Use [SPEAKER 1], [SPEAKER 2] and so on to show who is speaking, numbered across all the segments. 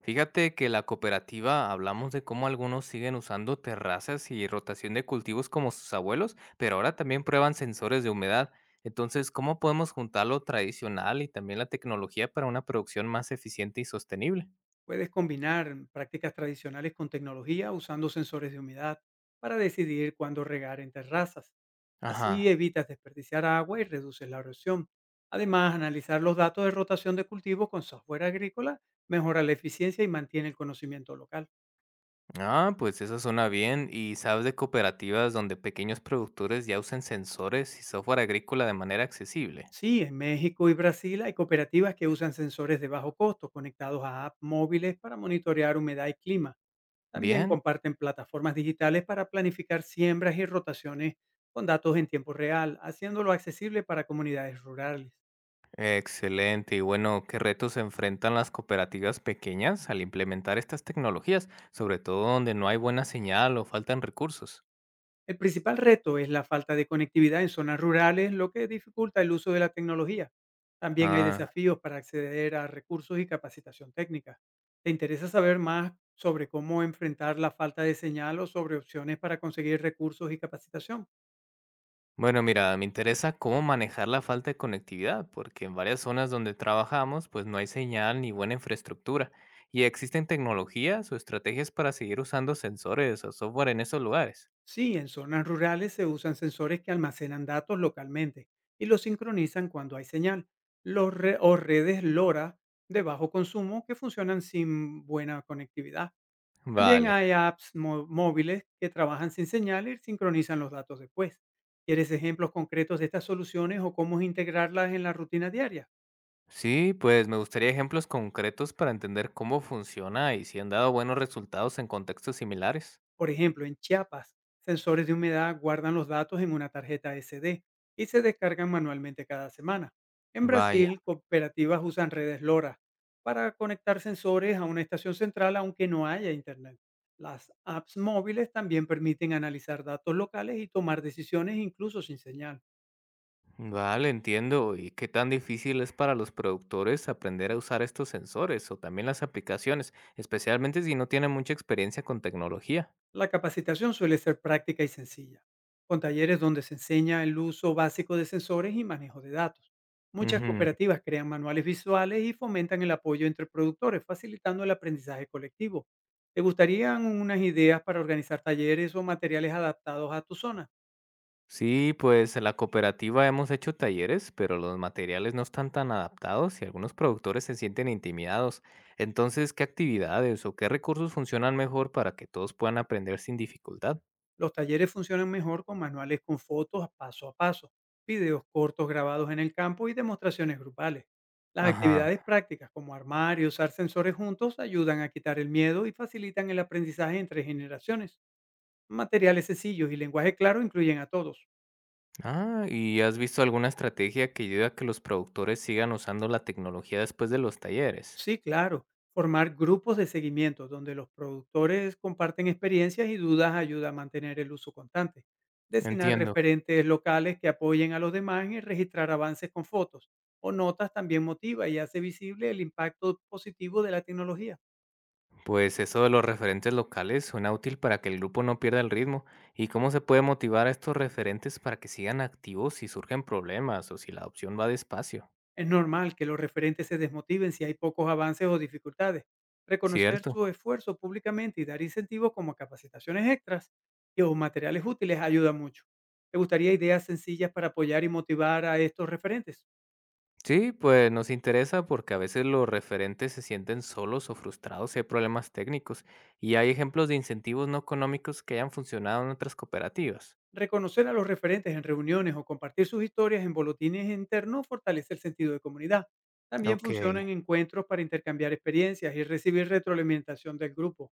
[SPEAKER 1] Fíjate que la cooperativa hablamos de cómo algunos siguen usando terrazas y rotación de cultivos como sus abuelos, pero ahora también prueban sensores de humedad. Entonces, ¿cómo podemos juntar lo tradicional y también la tecnología para una producción más eficiente y sostenible?
[SPEAKER 2] Puedes combinar prácticas tradicionales con tecnología usando sensores de humedad para decidir cuándo regar en terrazas. Así
[SPEAKER 1] Ajá.
[SPEAKER 2] evitas desperdiciar agua y reduces la erosión. Además, analizar los datos de rotación de cultivo con software agrícola mejora la eficiencia y mantiene el conocimiento local.
[SPEAKER 1] Ah, pues eso suena bien. ¿Y sabes de cooperativas donde pequeños productores ya usen sensores y software agrícola de manera accesible?
[SPEAKER 2] Sí, en México y Brasil hay cooperativas que usan sensores de bajo costo conectados a apps móviles para monitorear humedad y clima. También
[SPEAKER 1] Bien.
[SPEAKER 2] comparten plataformas digitales para planificar siembras y rotaciones con datos en tiempo real, haciéndolo accesible para comunidades rurales.
[SPEAKER 1] Excelente. Y bueno, ¿qué retos se enfrentan las cooperativas pequeñas al implementar estas tecnologías, sobre todo donde no hay buena señal o faltan recursos?
[SPEAKER 2] El principal reto es la falta de conectividad en zonas rurales, lo que dificulta el uso de la tecnología. También hay
[SPEAKER 1] Ah,
[SPEAKER 2] desafíos para acceder a recursos y capacitación técnica. ¿Te interesa saber más sobre cómo enfrentar la falta de señal o sobre opciones para conseguir recursos y capacitación?
[SPEAKER 1] bueno, mira, me interesa cómo manejar la falta de conectividad, porque en varias zonas donde trabajamos, pues no hay señal ni buena infraestructura. ¿Y existen tecnologías o estrategias para seguir usando sensores o software en esos lugares?
[SPEAKER 2] Sí, en zonas rurales se usan sensores que almacenan datos localmente y los sincronizan cuando hay señal. O redes LoRa de bajo consumo que funcionan sin buena conectividad. También
[SPEAKER 1] Vale.
[SPEAKER 2] hay apps móviles que trabajan sin señal y sincronizan los datos después. ¿Quieres ejemplos concretos de estas soluciones o cómo integrarlas en la rutina diaria?
[SPEAKER 1] Sí, pues me gustaría ejemplos concretos para entender cómo funciona y si han dado buenos resultados en contextos similares.
[SPEAKER 2] Por ejemplo, en Chiapas, sensores de humedad guardan los datos en una tarjeta SD y se descargan manualmente cada semana. En
[SPEAKER 1] Vaya,
[SPEAKER 2] Brasil, cooperativas usan redes LoRa para conectar sensores a una estación central aunque no haya internet. Las apps móviles también permiten analizar datos locales y tomar decisiones incluso sin señal.
[SPEAKER 1] vale, entiendo. ¿Y qué tan difícil es para los productores aprender a usar estos sensores o también las aplicaciones, especialmente si no tienen mucha experiencia con tecnología?
[SPEAKER 2] La capacitación suele ser práctica y sencilla, con talleres donde se enseña el uso básico de sensores y manejo de datos. Muchas
[SPEAKER 1] Ujú.
[SPEAKER 2] cooperativas crean manuales visuales y fomentan el apoyo entre productores, facilitando el aprendizaje colectivo. ¿Te gustarían unas ideas para organizar talleres o materiales adaptados a tu zona?
[SPEAKER 1] Sí, pues en la cooperativa hemos hecho talleres, pero los materiales no están tan adaptados y algunos productores se sienten intimidados. Entonces, ¿qué actividades o qué recursos funcionan mejor para que todos puedan aprender sin dificultad?
[SPEAKER 2] Los talleres funcionan mejor con manuales con fotos paso a paso, videos cortos grabados en el campo y demostraciones grupales. Las
[SPEAKER 1] Ajá.
[SPEAKER 2] actividades prácticas como armar y usar sensores juntos ayudan a quitar el miedo y facilitan el aprendizaje entre generaciones. Materiales sencillos y lenguaje claro incluyen a todos.
[SPEAKER 1] Ah, ¿y has visto alguna estrategia que ayude a que los productores sigan usando la tecnología después de los talleres?
[SPEAKER 2] Sí, claro. Formar grupos de seguimiento donde los productores comparten experiencias y dudas ayuda a mantener el uso constante. Designar
[SPEAKER 1] Entiendo.
[SPEAKER 2] referentes locales que apoyen a los demás y registrar avances con fotos o notas también motiva y hace visible el impacto positivo de la tecnología.
[SPEAKER 1] Pues eso de los referentes locales suena útil para que el grupo no pierda el ritmo. ¿Y cómo se puede motivar a estos referentes para que sigan activos si surgen problemas o si la adopción va despacio?
[SPEAKER 2] Es normal que los referentes se desmotiven si hay pocos avances o dificultades. Reconocer
[SPEAKER 1] Cierto.
[SPEAKER 2] su esfuerzo públicamente y dar incentivos como capacitaciones extras y o materiales útiles ayuda mucho. ¿Te gustaría ideas sencillas para apoyar y motivar a estos referentes?
[SPEAKER 1] Sí, pues nos interesa porque a veces los referentes se sienten solos o frustrados si hay problemas técnicos y hay ejemplos de incentivos no económicos que hayan funcionado en otras cooperativas.
[SPEAKER 2] Reconocer a los referentes en reuniones o compartir sus historias en boletines internos fortalece el sentido de comunidad. También
[SPEAKER 1] Ok.
[SPEAKER 2] funcionan encuentros para intercambiar experiencias y recibir retroalimentación del grupo.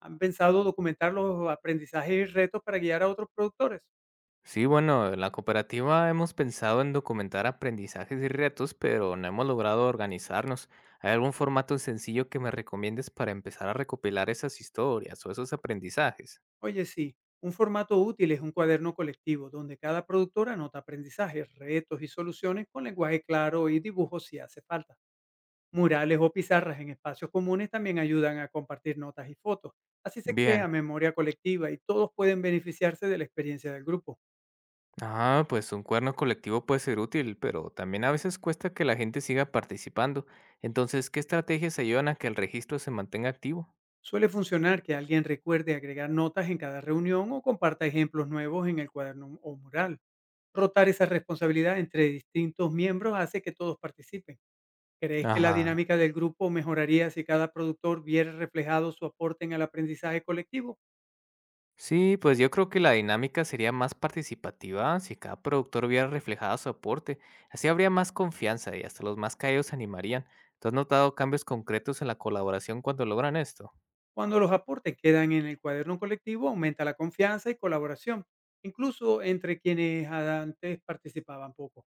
[SPEAKER 2] ¿Han pensado documentar los aprendizajes y retos para guiar a otros productores?
[SPEAKER 1] Sí, bueno, en la cooperativa hemos pensado en documentar aprendizajes y retos, pero no hemos logrado organizarnos. ¿Hay algún formato sencillo que me recomiendes para empezar a recopilar esas historias o esos aprendizajes?
[SPEAKER 2] Oye, sí, un formato útil es un cuaderno colectivo donde cada productor anota aprendizajes, retos y soluciones con lenguaje claro y dibujos si hace falta. Murales o pizarras en espacios comunes también ayudan a compartir notas y fotos. Así se
[SPEAKER 1] Bien,
[SPEAKER 2] crea memoria colectiva y todos pueden beneficiarse de la experiencia del grupo.
[SPEAKER 1] ah, pues un cuerno colectivo puede ser útil, pero también a veces cuesta que la gente siga participando. Entonces, ¿qué estrategias ayudan a que el registro se mantenga activo?
[SPEAKER 2] Suele funcionar que alguien recuerde agregar notas en cada reunión o comparta ejemplos nuevos en el cuaderno o mural. Rotar esa responsabilidad entre distintos miembros hace que todos participen. ¿Crees que la
[SPEAKER 1] Ajá.
[SPEAKER 2] dinámica del grupo mejoraría si cada productor viera reflejado su aporte en el aprendizaje colectivo?
[SPEAKER 1] Sí, pues yo creo que la dinámica sería más participativa si cada productor viera reflejado su aporte. Así habría más confianza y hasta los más caídos se animarían. ¿Tú has notado cambios concretos en la colaboración cuando logran esto?
[SPEAKER 2] Cuando los aportes quedan en el cuaderno colectivo, aumenta la confianza y colaboración, incluso entre quienes antes participaban poco.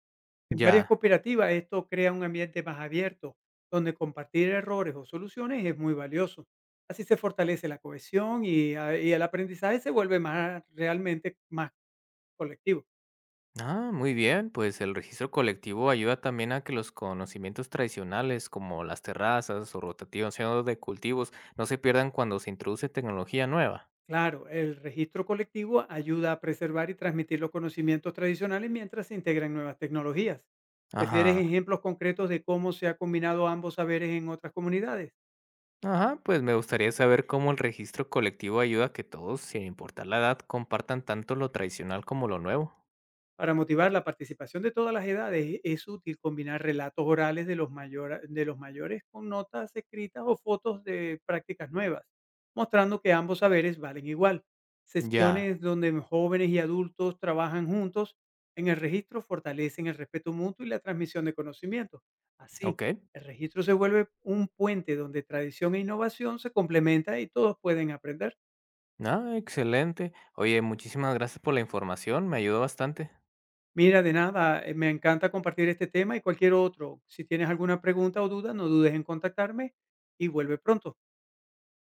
[SPEAKER 2] En varias
[SPEAKER 1] Ya.
[SPEAKER 2] cooperativas esto crea un ambiente más abierto, donde compartir errores o soluciones es muy valioso. Así se fortalece la cohesión y el aprendizaje se vuelve más realmente más colectivo.
[SPEAKER 1] Ah, muy bien, pues el registro colectivo ayuda también a que los conocimientos tradicionales como las terrazas o rotativos de cultivos no se pierdan cuando se introduce tecnología nueva.
[SPEAKER 2] Claro, el registro colectivo ayuda a preservar y transmitir los conocimientos tradicionales mientras se integran nuevas tecnologías. ¿Prefieres
[SPEAKER 1] Ajá.
[SPEAKER 2] ejemplos concretos de cómo se ha combinado ambos saberes en otras comunidades?
[SPEAKER 1] Ajá, pues me gustaría saber cómo el registro colectivo ayuda a que todos, sin importar la edad, compartan tanto lo tradicional como lo nuevo.
[SPEAKER 2] Para motivar la participación de todas las edades, es útil combinar relatos orales de de los mayores con notas escritas o fotos de prácticas nuevas, mostrando que ambos saberes valen igual.
[SPEAKER 1] Ya,
[SPEAKER 2] Sesiones donde jóvenes y adultos trabajan juntos en el registro fortalecen el respeto mutuo y la transmisión de conocimientos. Así,
[SPEAKER 1] ok.
[SPEAKER 2] el registro se vuelve un puente donde tradición e innovación se complementan y todos pueden aprender.
[SPEAKER 1] Ah, excelente. Oye, muchísimas gracias por la información, me ayudó bastante.
[SPEAKER 2] Mira, de nada, me encanta compartir este tema y cualquier otro. Si tienes alguna pregunta o duda, no dudes en contactarme y vuelve pronto.